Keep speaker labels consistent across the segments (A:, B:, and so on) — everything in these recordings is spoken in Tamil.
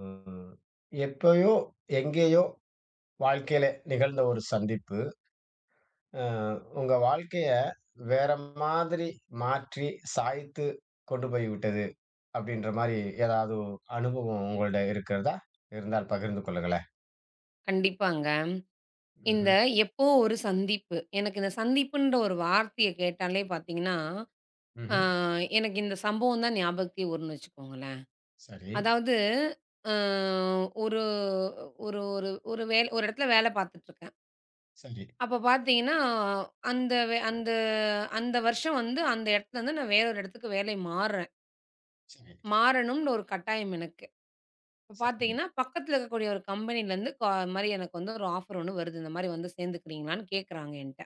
A: ம். எப்பயோ, எங்கேயோ வாழ்க்கையில நிகழ்ந்த ஒரு சந்திப்பு, அ உங்க வாழ்க்கைய வேற மாதிரி மாற்றி, சாய்த்து கொண்டு போய் விட்டது. அப்படின்ற மாரி ஏதாவது அனுபவம் உங்கள்ட இருக்கிறதா? இருந்தால் பகிர்ந்து கொள்ளுங்களேன்.
B: கண்டிப்பாங்க. இந்த
A: ம்ஹ்ம்.
B: எப்போ ஒரு சந்திப்பு. எனக்கு இந்த சந்திப்புன்ற ஒரு வார்த்தைய கேட்டாலே பார்த்தீங்கன்னா, ஆ
A: ம்ஹ்ம்.
B: எனக்கு இந்த சம்பவம் தான் ஞாபகத்துக்கே வரும்னு வச்சுக்கோங்களேன்.
A: சரி,
B: அதாவது அ ஒரு ஒரு ஒரு ஒரு வேல ஒரு இடத்துல வேல பார்த்துட்டுருக்கேன்.
A: சரி,
B: அப்போ பார்த்தீங்கன்னா, அந்த அந்த வருஷம் வந்து அந்த இடத்துலருந்து நான் வேற ஒரு இடத்துக்கு வேலை மாறுறேன்.
A: சரி,
B: மாறணும்னு ஒரு கட்டாயம் எனக்கு. இப்போ
A: சரி,
B: பார்த்தீங்கன்னா, பக்கத்துல இருக்கக்கூடிய ஒரு கம்பெனிலேருந்து மாரி எனக்கு வந்து ஒரு ஆஃபர் ஒண்ணு வருது. இந்த மாரி வந்து சேர்ந்துக்கிறீங்களான்னு கேட்குறாங்க என்ட்ட.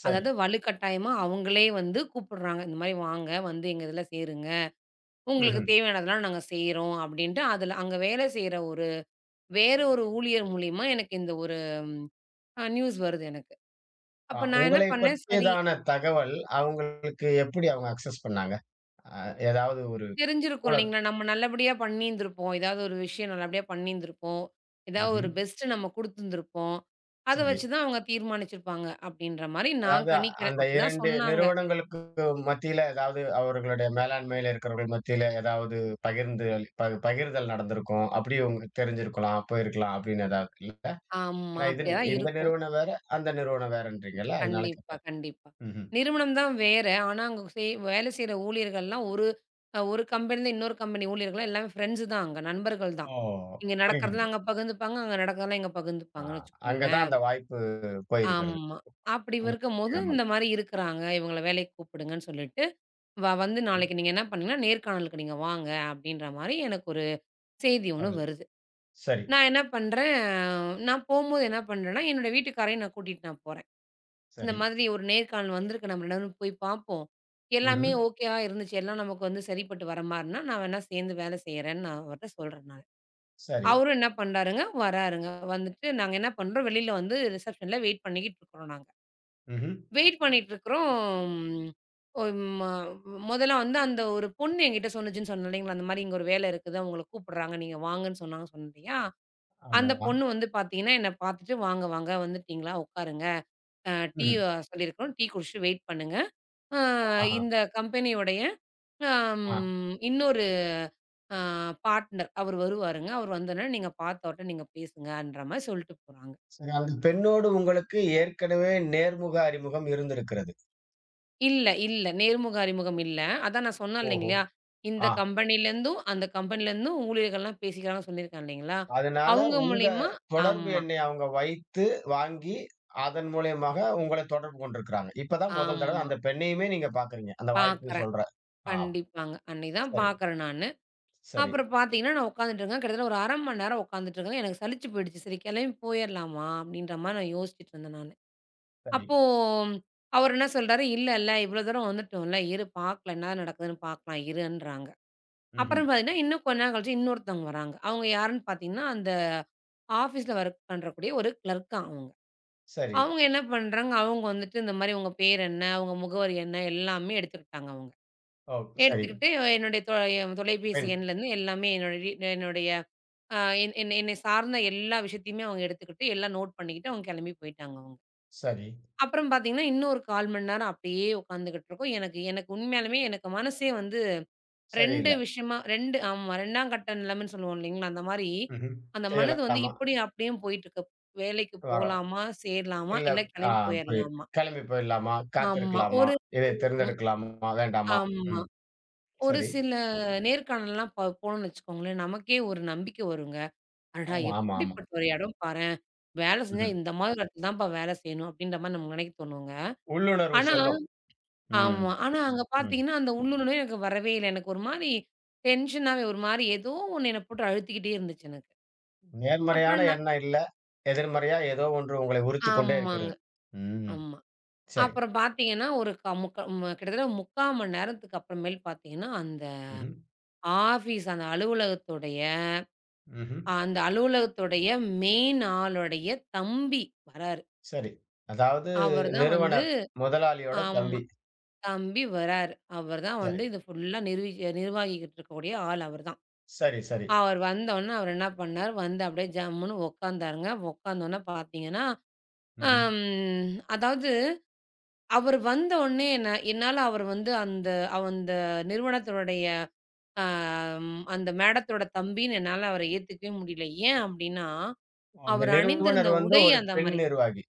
A: சரி.
B: அதாவது வலுக்கட்டாயமா அவங்களே வந்து கூப்பிடுறாங்க. இந்த மாரி வாங்க வந்து எங்க இதில சேருங்க. உங்களுக்கு
A: ம்ஹ்ம்.
B: தேவையானதெல்லாம் நாங்க செய்றோம் அப்டின்ட்டு அதில அங்க வேலை செய்ற வேற ஒரு ஊழியர் மூலியமா எனக்கு இந்த ஒரு நியூஸ் வருது எனக்கு. அப்ப நான் என்ன
A: உங்களை
B: பண்ணேன், சரி
A: பற்றியதான தகவல் அவங்களுக்கு எப்படி அவங்க அக்சஸ் பண்ணாங்க? அ ஏதாவது ஒரு
B: தெரிஞ்சிருக்கும்
A: மூல
B: இல்லைங்களா? நம்ம நல்லபடியா பண்ணியிருந்திருப்போம். ஏதாவது ஒரு விஷயம் நல்லபடியா பண்ணியிருந்திருப்போம். ஏதாவது
A: ம்ஹ்ம்.
B: ஒரு பெஸ்ட் நம்ம குடுத்துருந்துருப்போம். அத
A: சரி.
B: வச்சு தான் அவங்க தீர்மானிச்சிருப்பாங்க அப்டின்ற மாரி நான்
A: அதாவது
B: கணிக்கிறேன்.
A: அந்த
B: அப்டிதான்
A: 2
B: சொன்னாங்க.
A: நிறுவனங்களுக்கு மத்தியில ஏதாவது அவர்களுடைய மேலாண்மையில இருக்கிறவர்கள் மத்தியில ஏதாவது பகிர்ந்து அளி ப பகிர்தல் நடந்திருக்கும். அப்படி உங்க தெரிஞ்சிருக்கலாம், போயிருக்கலாம் அப்படின்னு ஏதாவது இல்ல?
B: ஆமா.
A: ஏன்னா இது
B: அப்டியே தான்
A: இந்த
B: இருக்கும்.
A: நிறுவனம் வேற, அந்த நிறுவனம் வேறன்றீங்கல்ல? அதனால
B: கண்டிப்பா,
A: கேட்டேன்.
B: கண்டிப்பா.
A: ம்ஹ்ம்.
B: நிறுவனம் தான் வேற. ஆனா, அங்க வேலை செய்ற ஊழியர்கள்லாம் ஒரு கம்பெனிலேருந்து இன்னொரு கம்பெனி ஊழியர்கள்லாம் எல்லாமே ஃப்ரெண்ட்ஸ் தான் அங்க. நண்பர்கள் தான்.
A: ஓ!
B: இங்க
A: புரிகிறது.
B: நடக்கிறதெல்லாம் அங்க பகிர்ந்துப்பாங்க. அங்க நடக்கிறதெல்லாம் இங்க
A: ஆ
B: பகிர்ந்துப்பாங்கன்னு
A: அங்க தான்
B: வச்சுக்கோங்களேன்.
A: அந்த வாய்ப்பு போயிருக்கிறது.
B: ஆமா. அப்படி
A: ம்.
B: இருக்கும்போது
A: தெரியாம.
B: இந்த
A: இருக்கு.
B: மாரி இருக்கிறாங்க. இவங்கள வேலைக்கு கூப்பிடுங்கன்னு சொல்லிட்டு, வந்து நாளைக்கு நீங்க என்ன பண்ணுங்கன்னா, நேர்காணலுக்கு நீங்க வாங்க அப்படின்ற மாரி எனக்கு ஒரு செய்தி ஒண்ணு
A: அவள்
B: வருது.
A: சரி,
B: நான் என்ன பண்றேன், நான் போம்போது என்ன பண்றேன்னா, என்னோட வீட்டுக்காரையும் நான் கூட்டிட்டு நான் போறேன். இந்த
A: சரி.
B: மாதிரி ஒரு நேர்காணல் வந்திருக்கு நம்ம 2 பேரும் போய் பார்ப்போம். எல்லாமே
A: ம்ஹ்ம்.
B: ஓகேவா இருந்துச்சு. எல்லாம் நமக்கு வந்து சரிப்பட்டு வர மாரின்னா, நான் வேணா சேர்ந்து வேலை செய்றேன்னு நான் அவர்ட்ட சொல்றேன் நானு.
A: சரி.
B: அவரும் என்ன பண்றாருங்க, வராருங்க. வந்துட்டு நாங்க என்ன பண்றோம், வெளியில வந்து ரிசப்ஷன்ல வெயிட் பண்ணிக்கிட்டு இருக்கிறோம் நாங்க.
A: ம்ஹ்ம்.
B: வெயிட் பண்ணிட்டு இருக்கிறோம். ஒரு ம முதல்ல வந்து அந்த ஒரு பொண்ணு என்கிட்ட சொன்னுச்சுன்னு சொன்னேன் இல்லைங்களா, அந்த மாரி இங்க ஒரு வேலை இருக்குது. அவங்கள கூப்பிடுறாங்க. நீங்க வாங்கன்னு சொன்னாங்கன்னு சொன்னேன் இல்லையா? அந்த
A: ஆமா.
B: பொண்ணு வந்து பார்த்தீங்கன்னா, என்ன பார்த்துட்டு "வாங்க, வாங்க வந்துட்டீங்களா? உட்காருங்க. அ டீ
A: ம்ஹ்ம்.
B: சொல்லியிருக்கிறோம். டீ குடிச்சுட்டு வெயிட் பண்ணுங்க." அ
A: ஆஹா.
B: இந்த கம்பெனியுடைய அம்
A: ஆ.
B: இன்னொரு அ பார்ட்னர் அவரு வருவாருங்க. அவரு வந்தோனே நீங்க பார்த்து அவர்ட்ட நீங்க பேசுங்கன்ற மாரி சொல்ட்டு போறாங்க.
A: சரி, அந்த பெண்ணோடு உங்களுக்கு ஏற்கனவே நேர்முக அறிமுகம் இருந்திருக்கிறது.
B: இல்ல, இல்ல. நேர்முக அறிமுகம் இல்ல. அதான் நான் சொன்னேன்
A: ஓஹோ!
B: இல்லைங்களா? இந்த
A: ஆ,
B: கம்பெனிலேருந்தும், அந்த கம்பெனிலேருந்தும் ஊழியர்கள்லாம் பேசிக்கிறாங்கன்னு சொல்லியிருக்கேன் இல்லைங்களா?
A: அதனால
B: அவங்க
A: உங்க
B: மூலியமா
A: தொடர்பு
B: ஆமா,
A: எண்ணை அவங்க வைத்து வாங்கி, அதன் மூலியமாக உங்கள தொடர்பு கொண்டிருக்கிறாங்க. இப்பதான் முதல் தடவ
B: ஆமா.
A: அந்த பெண்ணையுமே நீங்க பார்க்குறீங்க. அந்த வாய்ப்புன்னு
B: பார்க்குறேன்.
A: சொல்றேன். ஆ,
B: கண்டிப்பாங்க. அன்னைக்கு தான்
A: சரி,
B: பார்க்குறேன் நானு.
A: சரி,
B: அப்புறம் பார்த்தீங்கன்னா, நான் உட்காந்துட்டு இருக்கேன். கிட்டத்தட்ட ஒரு 1/2 மணி நேரம் உட்காந்துட்டு இருக்கேன். எனக்கு சலிச்சு போயிடுச்சு. சரி கிளம்பி போயிரலாமா? அப்படின்ற மாரி நான் யோசிச்சுட்டு இருந்தேன் நானு.
A: சரி.
B: அப்போ அவரு என்ன சொல்றாரு, "இல்ல, இல்ல இவ்வளோ தூரம் வந்துட்டோம்ல. இரு பார்க்கலாம் என்ன நடக்குதுன்னு பார்க்கலாம் இருன்றாங்க."
A: ம்ஹ்ம்.
B: அப்புறம் பார்த்தீங்கன்னா, இன்னும் கொஞ்ச நேரம் கழிச்சு இன்னொருத்தவங்க வராங்க. அவங்க யாருன்னு பார்த்தீங்கன்னா, அந்த ஆஃபீஸ்ல ஒர்க் பண்றக்கூடிய ஒரு கிளர்க்காம் அவங்க.
A: சரி.
B: அவங்க என்ன பண்றாங்க, அவங்க வந்துட்டு இந்த மாரி உங்க பேர் என்ன? உங்க முகவரி என்ன? எல்லாமே எடுத்துக்கிட்டாங்க அவங்க.
A: ஓ! சரி.
B: எடுத்துக்கிட்டு என்னுடைய தொ என் தொலைபேசி
A: பெண்.
B: எண்லேருந்து எல்லாமே என்னுடைய என்னுடைய அ என் என்னை என்னை சார்ந்த எல்லா விஷயத்தையுமே அவங்க எடுத்துக்கிட்டு, எல்லாம் நோட் பண்ணிக்கிட்டு அவங்க கிளம்பி போயிட்டாங்க அவங்க.
A: சரி.
B: அப்புறம் பார்த்தீங்கன்னா, இன்னும் ஒரு 1/4 மணி நேரம் அப்படியே உட்காந்துகிட்டு இருக்கோம். எனக்கு எனக்கு உண்மையாலுமே எனக்கு மனசே வந்து 2
A: சரியில்ல.
B: விஷயமா 2 ஆமா 2ஆம் கட்ட நிலைமைன்னு சொல்லுவோம் இல்லைங்களா? அந்த மாரி
A: ம்ஹ்ம்.
B: அந்த மனது வந்து
A: செய்யலாமா?
B: இப்படியும் அப்படியும் போயிட்டுருக்கு. வேலைக்கு
A: வரலாம்.
B: போலாமா? சேரலாமா?
A: இல்ல
B: இல்ல
A: ஆ
B: கிளம்பி
A: புரியுது.
B: போயிரலாமா?
A: கிளம்பி போயிடலாமா?
B: ஆமா.
A: காத்திருக்கலாமா?
B: ஒரு
A: இதை
B: ம்
A: தேர்ந்தெடுக்கலாமா? வேண்டாமா?
B: ஆமா.
A: ம்.
B: ஒரு
A: சரி.
B: சில நேர்காணல்லாம் போனோம்னு வச்சுக்கோங்களேன், நமக்கே ஒரு நம்பிக்கை வருங்க. அடடா!
A: ஆமா, ஆமா, ஆமா.
B: எப்படிப்பட்ட ஒரு இடம் பாரேன்! வேலை செஞ்சா
A: ம்ஹ்ம்.
B: இந்த மாதிரி இடத்துல தான்ப்பா வேலை செய்யணும் அப்படின்ற மாரி நமக்கு நினைக்க தோணுங்க.
A: உள்ளுணர்வு
B: ஆனா
A: சொல்லும். ம்,
B: ஆமா. ஆனா அங்க
A: ம்.
B: பார்த்தீங்கன்னா, அந்த உள்ளூர் நோய் எனக்கு வரவே இல்ல. எனக்கு ஒரு மாரி டென்ஷனாவே ஒரு மாரி ஏதோ ஒண்ணு என்ன போட்டு அழுத்திக்கிட்டே இருந்துச்சு எனக்கு.
A: நேர்மறையான
B: அப்புறம் நான்
A: எண்ணம் இல்ல. எதிர்மறையா ஏதோ ஒன்று உங்களை உறுத்திக் கொண்டே
B: ஆமாங்க.
A: இருக்கிறது. ம்.
B: ஆமா.
A: சரி.
B: அப்புறம் பார்த்தீங்கன்னா, ஒரு க முக்கா ம கிட்டத்தட்ட 3/4 மணி நேரத்துக்கு அப்புறமேல் பார்த்தீங்கன்னா,
A: ம்ஹ்ம்,
B: ஆஃபீஸ் அந்த அலுவலகத்துடைய
A: ம்ஹ்ம்.
B: அந்த அலுவலகத்துடைய மெயின் ஆளுடைய தம்பி வராரு.
A: சரி. அதாவது
B: அவர் தான் வந்து
A: நிறுவனர், முதலாளியோட
B: ஆமா.
A: தம்பி.
B: தம்பி வராரு. அவர் தான்
A: சரி,
B: வந்து இது ஃபுல்லா நிர்வகிக்கிட்டு இருக்கக்கூடிய ஆள் அவர் தான்.
A: சரி, சரி.
B: அவர் வந்தோன்னே, அவர் என்ன பண்ணாரு, வந்து அப்படியே ஜம்முன்னு உட்காந்தாருங்க. உட்காந்தோன்னே பார்த்தீங்கன்னா,
A: ம்ஹ்ம்.
B: அம் அதாவது அவர் வந்தோன்னே என்ன என்னால அவர் வந்து அந்த அந்த நிறுவனத்தினுடைய அந்த மேடத்தோட தம்பின்னு என்னால அவர ஏத்துக்கவே முடியல. ஏன் அப்படின்னா,
A: அந்த
B: அவர்
A: நிறுவனர்
B: அணிந்திருந்த
A: வந்து
B: உடை
A: ஒரு
B: அந்த
A: பெண்
B: மாரி.
A: நிர்வாகி.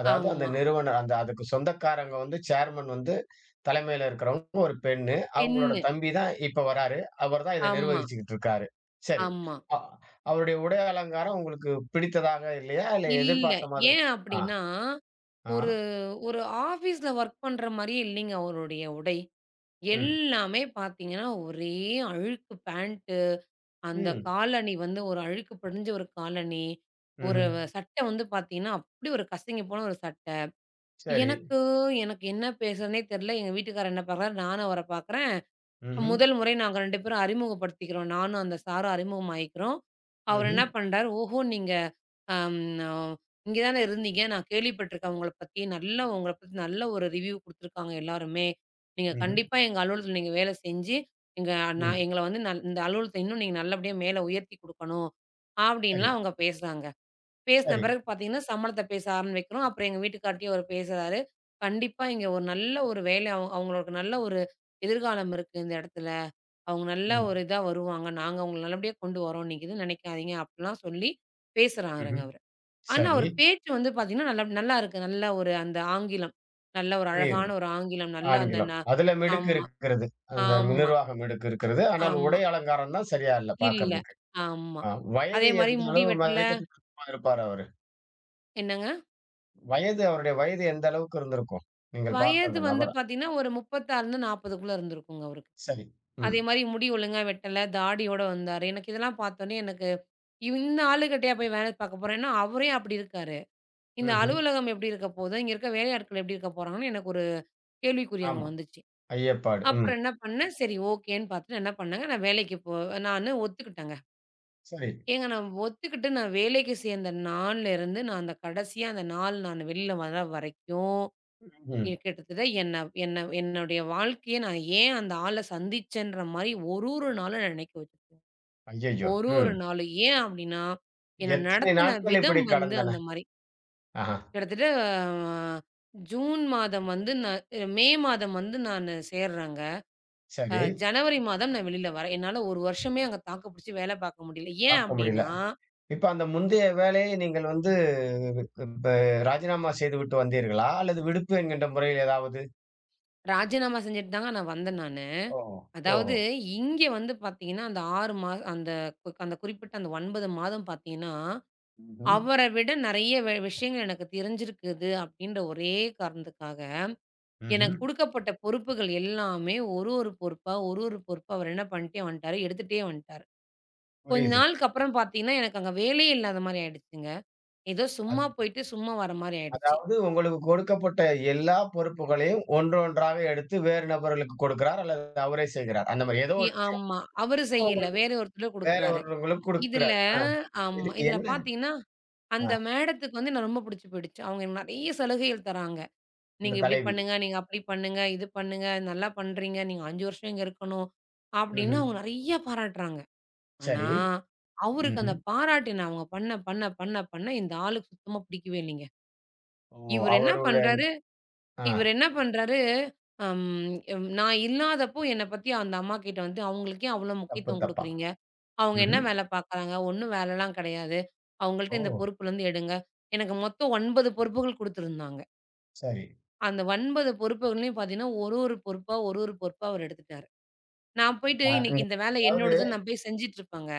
A: அதாவது அந்த
B: ஆமா.
A: நிறுவனர் அந்த அதுக்கு சொந்தக்காரங்க வந்து சேர்மன் வந்து தலைமையில இருக்கிறவங்க ஒரு பெண்ணு. அவங்களோட
B: பெண்ணு.
A: தம்பி தான் இப்ப வராரு. அவர் தான் இத
B: ஆமா,
A: நிர்வகிச்சுக்கிட்டு இருக்காரு. சரி.
B: ஆமா.
A: அ அவருடைய உடை அலங்காரம் உங்களுக்கு பிடித்ததாக இல்லையா? இல்ல
B: இல்ல.
A: எதிர்பார்த்த மாதிரி
B: ஏன்
A: ஆ,
B: அப்படின்னா,
A: ஆ,
B: ஒரு ஒரு ஆஃபீஸ்ல வொர்க் பண்ற மாரியே இல்லைங்க அவருடைய உடை.
A: ம்,
B: எல்லாமே பார்த்தீங்கன்னா, ஒரே அழுக்கு பேண்ட்டு, அந்த
A: ம்,
B: காலணி வந்து ஒரு அழுக்கு படிஞ்ச ஒரு காலணி, ஒரு
A: ம்ஹ்ம்.
B: சட்டை வந்து பார்த்தீங்கன்னா, அப்படி ஒரு கசங்கி போன ஒரு சட்டை.
A: சரி.
B: எனக்கு எனக்கு என்ன பேசுறதுன்னே தெரியல. எங்க வீட்டுக்காரர் என்ன பார்க்குறாரு, நானும் அவர பார்க்குறேன்.
A: ம்ஹ்ம்,
B: முதல் முறை நாங்க 2 பேரும் அறிமுகப்படுத்திக்கிறோம். நானும் அந்த சாரும் அறிமுகமாயிக்கிறோம். அவர்
A: ம்ஹ்ம்,
B: என்ன பண்றாரு, "ஓஹோ! நீங்க அம் அ இங்க தானே இருந்தீங்க. நான் கேள்விப்பட்டுருக்கேன் உங்கள பத்தி. நல்லா உங்கள பத்தி நல்ல ஒரு ரிவ்யூ குடுத்துருக்காங்க எல்லாருமே. நீங்க
A: ம்ஹ்ம்,
B: கண்டிப்பா எங்க அலுவலகத்துல நீங்க வேலை செஞ்சு, எங்க நான்
A: ம்.
B: எங்கள வந்து நல் இந்த அலுவலகத்த இன்னும் நீங்க நல்லபடியா மேல உயர்த்தி குடுக்கணும்."
A: சரி,
B: அப்படின்லாம் அவங்க பேசுறாங்க. பேசின
A: சரி.
B: பிறகு பார்த்தீங்கன்னா, சம்பளத்த பேச ஆரம்பிக்கிறோம். அப்புறம் எங்க வீட்டுக்கார்ட்டயும் அவரு பேசுறாரு. கண்டிப்பா இங்க ஒரு நல்ல ஒரு வேலை அவங்களுக்கு நல்ல ஒரு எதிர்காலம் இருக்கு இந்த இடத்துல. அவங்க நல்ல
A: ம்,
B: ஒரு இதா வருவாங்க. நாங்க அவங்கள நல்லபடியா கொண்டு வரோம். நீங்க எதுவும் நினைக்காதீங்க அப்படிலாம் சொல்லி பேசுறாருங்க
A: ம்ஹ்ம்.
B: அவரு. ஆனா
A: சரி.
B: அவர் பேச்சு வந்து பார்த்தீங்கன்னா, நல்லா நல்லா இருக்கு. நல்ல ஒரு அந்த ஆங்கிலம். நல்ல ஒரு
A: புரியுது.
B: அழகான ஒரு ஆங்கிலம். நல்லா அந்த
A: ஆங்கிலம். அதுல மிடுக்கு
B: ஆமா,
A: இருக்கிறது. அந்த
B: ஆமா,
A: நிர்வாகம் மிடுக்கு இருக்கிறது. ஆனால்
B: ஆமா.
A: உடை அலங்காரம் தான் சரியா இல்ல
B: இல்ல.
A: பாக்கறதுக்கு.
B: ஆமா.
A: ஆ. வயது
B: அதே மாரி
A: எந்த
B: முடி
A: அளவு
B: வெட்டல.
A: மதிக்கத்தக்கமா இருப்பாரு அவரு?
B: என்னங்க?
A: அவருடைய வயது எந்த அளவுக்கு இருந்திருக்கும்? நீங்கள் பார்த்த
B: வயது
A: அந்த
B: வந்து
A: நபர.
B: பார்த்தீங்கன்னா, ஒரு 36ல இருந்து 40க்குள்ள இருந்திருக்குங்க அவருக்கு.
A: சரி. ம்.
B: அதே மாரி முடி ஒழுங்கா வெட்டல, தாடியோட வந்தாரு. எனக்கு இதெல்லாம் பார்த்தோனே எனக்கு, இந்த ஆளுகிட்டயா போய் வேலை பார்க்க போறேன்? ஏன்னா, அவரே அப்படி இருக்காரு. இந்த
A: ம்ஹ்ம்.
B: அலுவலகம் எப்படி இருக்க போது? இங்க இருக்க வேலையாட்கள் எப்படி இருக்க போறாங்கன்னு எனக்கு ஒரு கேள்விக்குறி அங்க
A: ஆமா.
B: வந்துச்சு.
A: ஐயப்பாடு. ம்.
B: அப்புறம் என்ன பண்ணேன், சரி ஓகேன்னு பார்த்துட்டு என்ன பண்ணேங்க, நான் வேலைக்கு போ நானு ஒத்துக்கிட்டேங்க.
A: சரி.
B: ஏங்க நான் ஒத்துக்கிட்டு நான் வேலைக்கு சேர்ந்த நாள்ல இருந்து, நான் அந்த கடைசியா அந்த நாள் நான் வெளில வர வரைக்கும்
A: ம்ஹ்ம்.
B: எ கிட்டத்தட்ட என்ன என்ன என்னுடைய வாழ்க்கைய நான் ஏன் அந்த ஆள சந்திச்சேன்ற மாரி ஒரு ஒரு நாளும் நான் நினைக்க வச்சிருக்கேன்.
A: ஐயய்யோ!
B: ஒரு ஒரு
A: ம்.
B: நாளும். ஏன் அப்டின்னா, என்ன
A: எத்தனை
B: நடத்தின
A: நாட்கள்
B: விதம்
A: இப்படி
B: வந்து
A: கடந்தன?
B: அந்த மாரி.
A: ஆஹா.
B: கிட்டத்தட்ட அ ஜூன் மாதம் வந்து நான் மே மாதம் வந்து நானு சேர்றேங்க.
A: சரி.
B: ஜனவரி மாதம் நான் வெளில வரேன். என்னால 1 வருஷமே அங்க தாக்கு பிடிச்சு வேல பார்க்க முடியல. ஏன்
A: பார்க்க முடியல.
B: அப்டின்னா,
A: இப்ப அந்த முந்தைய வேலையை நீங்கள் வந்து இப்ப ராஜினாமா செய்துவிட்டு வந்தீர்களா? அல்லது விடுப்பு என்கின்ற முறையில் ஏதாவது?
B: ராஜினாமா செஞ்சுட்டு தாங்க நான் வந்தேன் நானு.
A: ஓ!
B: அதாவது
A: ஓஹோ!
B: இங்க வந்து பார்த்தீங்கன்னா, அந்த 6 மா அந்த கு- அந்த குறிப்பிட்ட அந்த 9 மாதம் பார்த்தீங்கன்னா
A: ம்ஹ்ம்.
B: அவர விட நெறைய விஷயங்கள் எனக்கு தெரிஞ்சிருக்குது அப்டின்ற ஒரே காரணத்துக்காக,
A: ம்ஹ்ம்.
B: எனக்கு குடுக்கப்பட்ட பொறுப்புகள் எல்லாமே ஒரு ஒரு பொறுப்பா, ஒரு ஒரு பொறுப்பா அவர் என்ன பண்ணிட்டே வந்துட்டாரு, எடுத்துட்டே வந்துட்டாரு. கொஞ்ச
A: புரியுது.
B: நாளுக்கு அப்புறம் பார்த்தீங்கன்னா, எனக்கு அங்க வேலையே இல்லாத மாரி ஆயிடுச்சுங்க. ஏதோ
A: அ
B: சும்மா போயிட்டு, சும்மா வர மாரி ஆயிடுச்சு.
A: அதாவது உங்களுக்கு கொடுக்கப்பட்ட எல்லா பொறுப்புகளையும் ஒன்றொன்றாக எடுத்து வேறு நபர்களுக்கு கொடுக்கிறார், அல்லது அவரே செய்கிறார். அந்த மாரி ஏதோ ஒரு விஷயம்
B: ஆமா. அவரு செய்யல.
A: உங்களுக்கு
B: வேற ஒருத்தர்
A: வேற
B: குடுக்குறாரு.
A: ஒருத்தவங்களுக்கு
B: இதுல
A: கொடுக்கிறார். ஆ.
B: ஆமா.
A: இதுக்கு
B: இதுல
A: என்ன
B: பார்த்தீங்கன்னா, அந்த
A: ஆ
B: மேடத்துக்கு வந்து என்ன ரொம்ப புடிச்சு போயிடுச்சு. அவங்க எனக்கு நெறைய சலுகைகள் தராங்க.
A: அந்த
B: நீங்க இப்படி
A: தலைவி.
B: பண்ணுங்க, நீங்க அப்படி பண்ணுங்க, இது பண்ணுங்க, நல்லா பண்றீங்க, நீங்க 5 வருஷம் இங்க இருக்கணும். அப்படின்னு
A: ம்ஹ்ம்.
B: அவங்க நெறைய பாராட்டுறாங்க. ஆனா,
A: சரி.
B: அவருக்கு அந்த
A: ம்ஹ்ம்.
B: பாராட்டின அவங்க பண்ண இந்த ஆளுக்கு சுத்தமா பிடிக்கவே இல்லைங்க.
A: ஓ!
B: இவரு என்ன
A: அவருடன்
B: பண்றாரு
A: ஆ
B: இவரு என்ன பண்றாரு, அம் நான் இல்லாதப்போ என்ன பத்தி அந்த அம்மா கிட்ட வந்து அவங்களுக்கு ஏன் அவ்வளோ
A: தப்பு
B: முக்கியத்துவம்
A: தப்பா.
B: குடுக்குறீங்க? அவங்க என்ன
A: ம்ஹ்ம்.
B: வேலை பாக்குறாங்க? ஒண்ணும் வேலைலாம் கிடையாது. அவங்கள்ட்ட இந்த
A: ஓ!
B: பொறுப்புலருந்து எடுங்க. எனக்கு மொத்தம் 9 பொறுப்புகள் குடுத்திருந்தாங்க.
A: சரி.
B: அந்த 9 பொறுப்புகளையும் பார்த்தீங்கன்னா, ஒரு ஒரு பொறுப்பா, ஒரு ஒரு பொறுப்பா அவரு எடுத்துட்டாரு. நான் போயிட்டு
A: அ
B: இன்னைக்கு
A: ம்.
B: இந்த வேலை
A: அதாவது
B: என்னோடதுன்னு நான் போய் செஞ்சுட்டு இருப்பேங்க.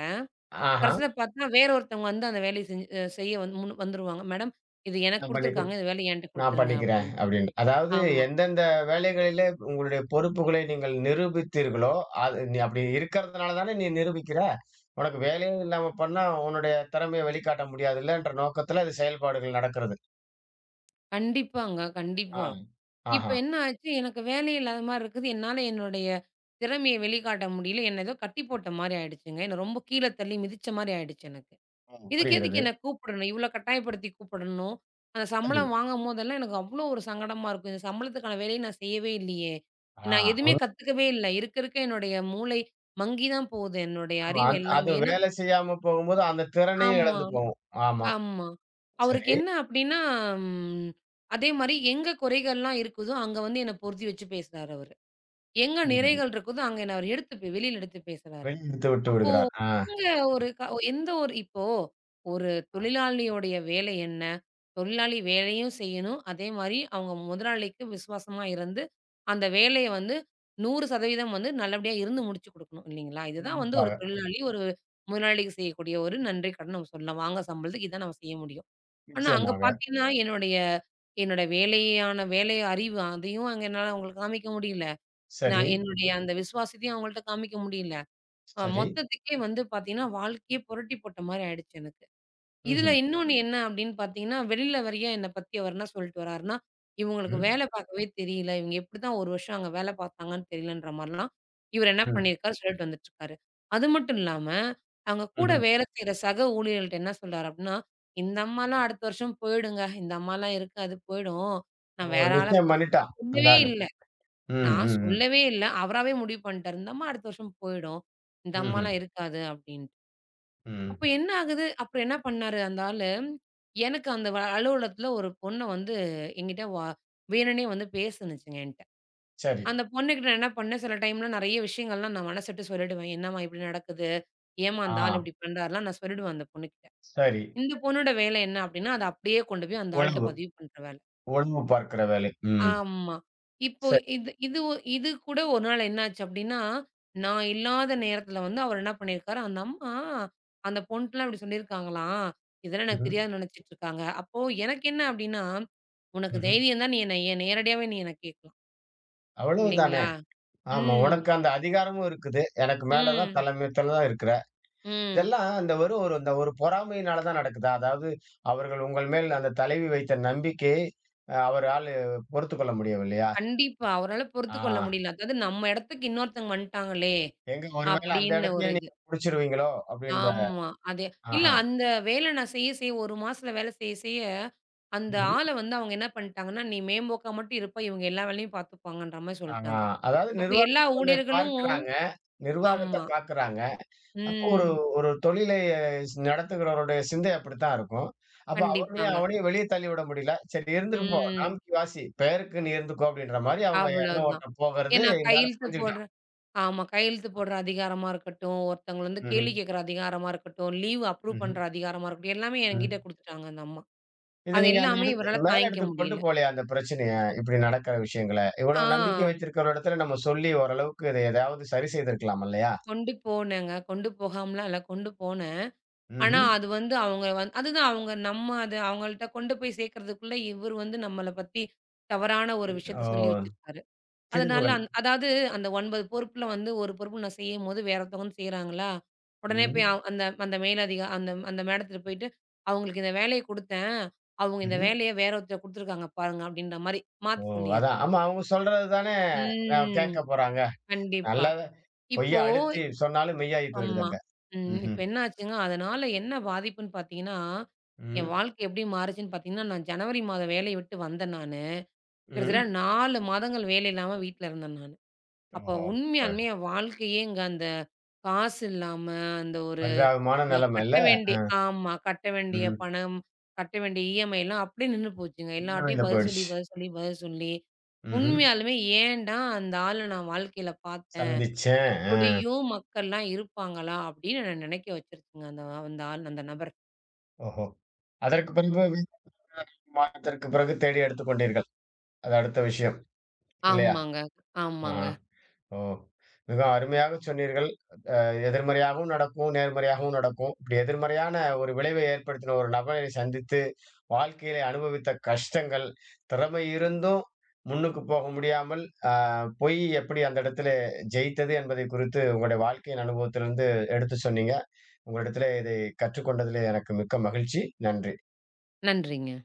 A: ஆஹா.
B: கடைசியில பார்த்தா வேற ஒருத்தவங்க வந்து அந்த வேலைய செஞ்சு அ செய்ய முன் வந்துருவாங்க. மேடம் இது எனக்கு
A: நான் பண்ணி
B: குடுத்துருக்காங்க. இந்த வேலைய என்ட்ட
A: நான்
B: குடுத்துருங்க
A: பண்ணிக்கிறேன்
B: அப்டின்ட்டு.
A: அப்படின்னு. அதாவது
B: ஆமா.
A: எந்தெந்த வேலைகளிலே உங்களுடைய பொறுப்புகளை நீங்கள் நிரூபித்தீர்களோ, அது நீ அப்படி இருக்கிறதுனால தானே நீ நிரூபிக்கிற. உனக்கு வேலையே இல்லாம பண்ணா உன்னுடைய திறமைய வெளிக்காட்ட முடியாதுல்லன்ற நோக்கத்துல அது செயல்பாடுகள் நடக்கிறது.
B: கண்டிப்பாங்க.
A: ஆ.
B: கண்டிப்பா. இப்ப
A: ஆஹா.
B: என்ன ஆச்சு, எனக்கு வேலை இல்லாத மாரி இருக்குது. என்னால என்னுடைய திறமைய வெளிக்காட்ட முடியல. என்ன ஏதோ கட்டி போட்ட மாரி ஆயிடுச்சுங்க. என்ன ரொம்ப கீழ தள்ளி மிதிச்ச மாரி ஆயிடுச்சு எனக்கு.
A: ஆமா.
B: இதுக்கு
A: புரிகிறது.
B: எதுக்கு என்ன கூப்பிடணும்? இவ்ளோ கட்டாயப்படுத்தி கூப்பிடணும். அந்த
A: சரி.
B: சம்பளம் வாங்கும்போதெல்லாம் எனக்கு அவ்ளோ ஒரு சங்கடமா இருக்கும். இந்த சம்பளத்துக்கான வேலைய நான் செய்யவே இல்லையே!
A: ஆ
B: நான் எதுவுமே
A: உண்மை.
B: கத்துக்கவே இல்ல. இருக்க, இருக்க என்னுடைய மூளை மங்கி தான் போகுது. என்னுடைய
A: ஆமா.
B: அறிவு
A: அது
B: எல்லாமே. ஏன்னா
A: வேலை செய்யாம போகும்போது அந்த திறனையும்
B: ஆமா,
A: இழந்து போகும். ஆமா.
B: ஆமா. அவருக்கு
A: சரி.
B: என்ன அப்டின்னா, ம் அதேமாரி எங்க குறைகள்லாம் இருக்குதோ, அங்க வந்து என்ன பொருத்தி வச்சு பேசுறாரு அவரு. எங்க
A: புரிகிறது.
B: நிறைகள் இருக்குதோ, அங்க என்ன அவர் எடுத்து வெளியில எடுத்து பேசுறாரு.
A: வெளியே இழுத்து விட்டு
B: அப்போ
A: விடுகிறார். ஆ.
B: நீங்க ஒரு க எந்த ஒரு இப்போ ஒரு
A: ஆ.
B: தொழிலாளியோடைய வேலை என்ன? தொழிலாளி வேலையும் செய்யணும். அதே மாரி அவங்க முதலாளிக்கு விசுவாசமா இருந்து, அந்த வேலைய வந்து 100% வந்து நல்லபடியா இருந்து முடிச்சு குடுக்கணும் இல்லைங்களா? இதுதான் வந்து ஒரு
A: கண்டிப்பாக.
B: தொழிலாளி, ஒரு முதலாளிக்கு செய்யக்கூடிய ஒரு நன்றி கடன் நம்ம சொல்லலாம். வாங்க சம்பளத்துக்கு இதான் நம்ம செய்ய முடியும். ஆனா அங்க
A: நிச்சயமாக.
B: பார்த்தீங்கன்னா, என்னோட வேலை அறிவு அதையும் அங்க என்னால அவங்களுக்கு காமிக்க முடியல.
A: சரி,
B: நான் என்னுடைய அந்த விசுவாசத்தையும் அவங்கள்ட்ட காமிக்க முடியல.
A: சரி.
B: மொத்தத்துக்கே வந்து பார்த்தீங்கன்னா, வாழ்க்கையே புரட்டி போட்ட மாரி ஆயிடுச்சு எனக்கு. இதுல
A: ம்ஹ்ம்.
B: இன்னொன்னு என்ன அப்படின்னு பார்த்தீங்கன்னா, வெளியில வரைய என்ன பத்தி அவர் என்ன சொல்லிட்டு வராருன்னா, "இவங்களுக்கு
A: ம்.
B: வேலை பார்க்கவே தெரியல. இவங்க எப்படிதான் 1 வருஷம் அங்க வேலை பார்த்தாங்கன்னு தெரியலன்ற" மாரிலாம் இவர் என்ன
A: ம்.
B: பண்ணியிருக்காரு சொல்லிட்டு வந்துட்டுருக்காரு. அது மட்டும் இல்லாம, அங்க கூட
A: ம்ஹ்ம்.
B: வேலை செய்ற சக ஊழியர்கள்ட்ட என்ன சொல்றாரு அப்படின்னா, "இந்த அம்மாலாம் அடுத்த வருஷம் போயிடுங்க. இந்த அம்மாலாம் இருக்காது போயிடும். நான்
A: ஒரு
B: வேற ஆள
A: நிச்சயம்
B: பார்ப்பேன்"
A: பண்ணிட்டான் அந்த
B: சொல்லவே
A: ஆளு.
B: இல்ல.
A: ம்,
B: நான்
A: ம், ம்.
B: சொல்லவே இல்ல. அவராவே முடிவு பண்ணிட்டாரு. இந்த அம்மா அடுத்த வருஷம் போயிடும். இந்த
A: ம்ஹ்ம்.
B: அம்மாலாம் இருக்காது அப்டின்ட்டு.
A: ம்.
B: அப்ப என்ன ஆகுது, அப்புறம் என்ன பண்ணாரு அந்த ஆளு, எனக்கு அந்த வ அலுவலகத்துல ஒரு பொண்ணு வந்து என்கிட்ட வேணுன்னே வந்து பேசுனுச்சுங்க என்ட்ட.
A: சரி.
B: அந்த பொண்ணுகிட்ட நான் என்ன பண்ணேன், சில டைம்ல நெறைய விஷயங்கள்லாம் நான் மனசு விட்டு சொல்லிடுவேன். என்னம்மா இப்படி நடக்குது? ஏம்மா அந்த ஆள்
A: ஆ
B: இப்படி பண்றாருலாம் நான் சொல்லிடுவேன் அந்த பொண்ணுகிட்ட.
A: சரி.
B: இந்த பொண்ணோட வேலை என்ன அப்டின்னா, அத அப்படியே கொண்டு போய் அந்த ஆள்ட்ட
A: உளவு.
B: பதிவு பண்ற வேல.
A: உளவு பார்க்கிற வேலை. ம்.
B: ஆமா. இப்போ
A: சரி.
B: இது இது ஒ- இது கூட ஒரு நாள் என்னாச்சு அப்டின்னா, நான் இல்லாத நேரத்துல வந்து அவர் என்ன பண்ணியிருக்காரு, அந்த அம்மா அந்த பொண்ணுட்டலாம் இப்டி சொல்லியிருக்காங்களாம். இதெல்லாம் எனக்கு
A: ம்ஹ்ம்.
B: தெரியாதுன்னு நெனச்சுட்டு இருக்காங்க. அப்போ எனக்கு என்ன அப்டின்னா, உனக்கு
A: ம்ஹ்ம்.
B: தைரியம் தான் நீ என்ன நேரடியாவே நீ என்ன கேட்கலாம்.
A: அவ்வளவுதானே!
B: இல்லைங்களா?
A: ஆமா.
B: ம்.
A: உனக்கு அந்த அதிகாரமும் இருக்குது. எனக்கு மேல தான்
B: ம்.
A: தலைமைத்துவத்துல தான் இருக்கிற.
B: ம்.
A: இதெல்லாம் அந்த வெறும் ஒரு இந்த ஒரு பொறாமையினால தான் நடக்குதா? அதாவது அவர்கள் உங்கள் மேல் அந்த தலைவி வைத்த நம்பிக்கையை அவரால் பொறுத்துக்கொள்ள முடியவில்லையா?
B: கண்டிப்பா. அவரால
A: ஆ
B: பொறுத்துக்கொள்ள முடியல. அதாவது நம்ம இடத்துக்கு இன்னொருத்தவங்க வந்துட்டாங்களே!
A: எங்க ஒருவேளை அந்த
B: அப்டின்னு ஒரு
A: இடத்திலேயே நீங்க
B: இது.
A: புடிச்சிருவீங்களோ! அப்படின்ற
B: ஆமா. இல்ல
A: ஆஹா.
B: அந்த வேலை நான் செய்ய செய்ய 1 மாசத்துல அந்த ஆள வந்து அவங்க என்ன பண்ணிட்டாங்கன்னா, "நீ மேம்போக்கா மட்டும் இருப்ப, இவங்க எல்லா வேலையும் பார்த்துப்பாங்க"ன்ற மாரி
A: ஆ
B: சொல்ட்டாங்க.
A: அதாவது
B: அப்ப
A: நிர்வாகத்
B: எல்லா
A: திறமைய
B: ஊழியர்களும்
A: பார்க்கிறாங்க. நிர்வாகத்த
B: ஆமா.
A: பார்க்கிறாங்க. அப்போ ஒரு
B: ம்.
A: ஒரு தொழிலை நடத்துகிறவருடைய சிந்தை அப்படித்தான் இருக்கும். அப்ப அவர்களையும்
B: கண்டிப்பாங்க.
A: அவனையும் வெளிய தள்ளிவிட முடியல. சரி இருந்துட்டு போ.
B: ம்.
A: நாம் கி வாசி. பெயருக்கு நீ இருந்துக்கோ அப்படின்ற மாரி அவங்க எண்ண
B: அவ்வளவுதான்.
A: ஓட்டம் போகிறது
B: ஏன்னா
A: இந்த ஆளு
B: கையெழுத்து போடுற
A: புரிஞ்சுக்கிட்டான்.
B: ஆமா. கையெழுத்து போடுற அதிகாரமா இருக்கட்டும், ஒருத்தவங்கள வந்து
A: ம்ஹ்ம்.
B: கேள்வி கேட்கிற அதிகாரமா இருக்கட்டும், லீவ் அப்ரூவ்
A: ம்ஹ்ம்.
B: பண்ற அதிகாரமா இருக்கட்டும், எல்லாமே என்கிட்ட
A: ம்.
B: குடுத்துட்டாங்க அந்த அம்மா.
A: இத
B: அது
A: நீங்க அந்த
B: எல்லாமே
A: இடத்து
B: இவரால
A: மேல
B: தாங்கிக்க
A: இடத்துக்கு கொண்டு
B: முடியல.
A: போலயா அந்த பிரச்சனைய? இப்படி நடக்கிற விஷயங்கள.
B: ஆ.
A: இவ்வளவு நம்பிக்கை வைத்திருக்கிற இடத்துல நம்ம சொல்லி ஓரளவுக்கு இத எதையாவது சரி செய்திருக்கலாம் இல்லையா?
B: கொண்டு போனேங்க. கொண்டு போகாமலாம் இல்ல. கொண்டு போனேன். ஆனா,
A: ம்ஹ்ம்.
B: அதுதான் அவங்க நம்ம அத அவங்கள்ட்ட கொண்டு போய் சேர்க்கறதுக்குள்ள இவரு வந்து நம்மள பத்தி தவறான ஒரு விஷயத்த
A: ஓ!
B: சொல்லி வச்சிருக்காரு. அதனால
A: திரிபுகள்.
B: அதாவது அந்த 9 பொறுப்புல வந்து ஒரு பொறுப்பு நான் செய்யும்போது வேற ஒருத்தவங்க செய்றாங்களா, உடனே போய்
A: ம்.
B: அவ் அந்த அந்த மேலதிக அந்த அந்த மேடத்திட்ட போயிட்டு, "அவங்களுக்கு இந்த வேலைய குடுத்தேன். அவங்க இந்த
A: ம்ஹ்ம்.
B: வேலைய வேற ஒருத்தர் குடுத்துருக்காங்க பாருங்க" அப்படின்ற மாரி
A: ஓ!
B: மாத்தி சொல்லிர்றது.
A: அதான். ஆமா, அவங்க சொல்றது தானே
B: ம்.
A: கேட்க போறாங்க. நல்ல
B: கண்டிப்பா.
A: பொய்ய
B: இப்போ
A: அழுத்தி சொன்னாலும் மெய்யாகி போயிடுது
B: ஆமா.
A: அங்க.
B: ம். இப்ப
A: ம்ஹ்ம்.
B: என்ன ஆச்சுங்க, அதனால என்ன பாதிப்புன்னு பார்த்தீங்கன்னா, என்
A: ம்.
B: வாழ்க்கை எப்படி மாறுச்சுன்னு பார்த்தீங்கன்னா, நான் ஜனவரி மாதம் வேலைய விட்டு வந்தேன் நானு. கிட்டத்தட்ட
A: ம்.
B: 4 மாதங்கள் வேலை இல்லாம வீட்ல இருந்தேன் நானு. அப்ப
A: ஓஹோ! ப
B: உண்மையாலுமே என் வாழ்க்கையேங்க அந்த காசு இல்லாம, அந்த ஒரு
A: பரிதாபமான
B: அ
A: நிலைமை இல்ல?
B: கட்ட வேண்டிய ஆமா. கட்ட வேண்டிய
A: ம்.
B: பணம், கட்ட வேண்டிய இஎம்ஐலாம் அப்படியே நின்னு போச்சுங்க.
A: சின்ன வயதில
B: எல்லார்ட்டயும்
A: போயிடுச்சு.
B: பதில் சொல்லி,
A: ம்ஹ்ம்.
B: உண்மையாலுமே ஏன்டா அந்த ஆள நான் வாழ்க்கையில பார்த்தேன்?
A: சந்திச்சேன். அ.
B: இப்படியும் மக்கள்லாம் இருப்பாங்களா? அப்படின்னு என்ன நெனைக்க வச்சுருச்சுங்க அந்த அந்த ஆள் அந்த நபர்.
A: ஓஹோ! அதற்கு பின்பு மாதத்திற்கு பிறகு தேடி எடுத்துக் கொண்டீர்கள். அது அடுத்த விஷயம். இல்லையா?
B: ஆமாங்க, ஆமாங்க.
A: ஆஹா. ஓ! மிகவும் அருமையாக சொன்னீர்கள். எதிர்மறையாகவும் நடக்கும், நேர்மறையாகவும் நடக்கும். இப்படி எதிர்மறையான ஒரு விளைவை ஏற்படுத்தின ஒரு நபரை சந்தித்து, வாழ்க்கையிலே அனுபவித்த கஷ்டங்கள், திறமை இருந்தும் முன்னுக்கு போக முடியாமல், அ பொய் எப்படி அந்த இடத்திலே ஜெயித்தது என்பதை குறித்து உங்களுடைய வாழ்க்கையின் அனுபவத்திலிருந்து எடுத்து சொன்னீங்க. உங்களிடத்திலே இதை கற்றுக்கொண்டதிலே எனக்கு மிக்க மகிழ்ச்சி. நன்றி.
B: நன்றிங்க.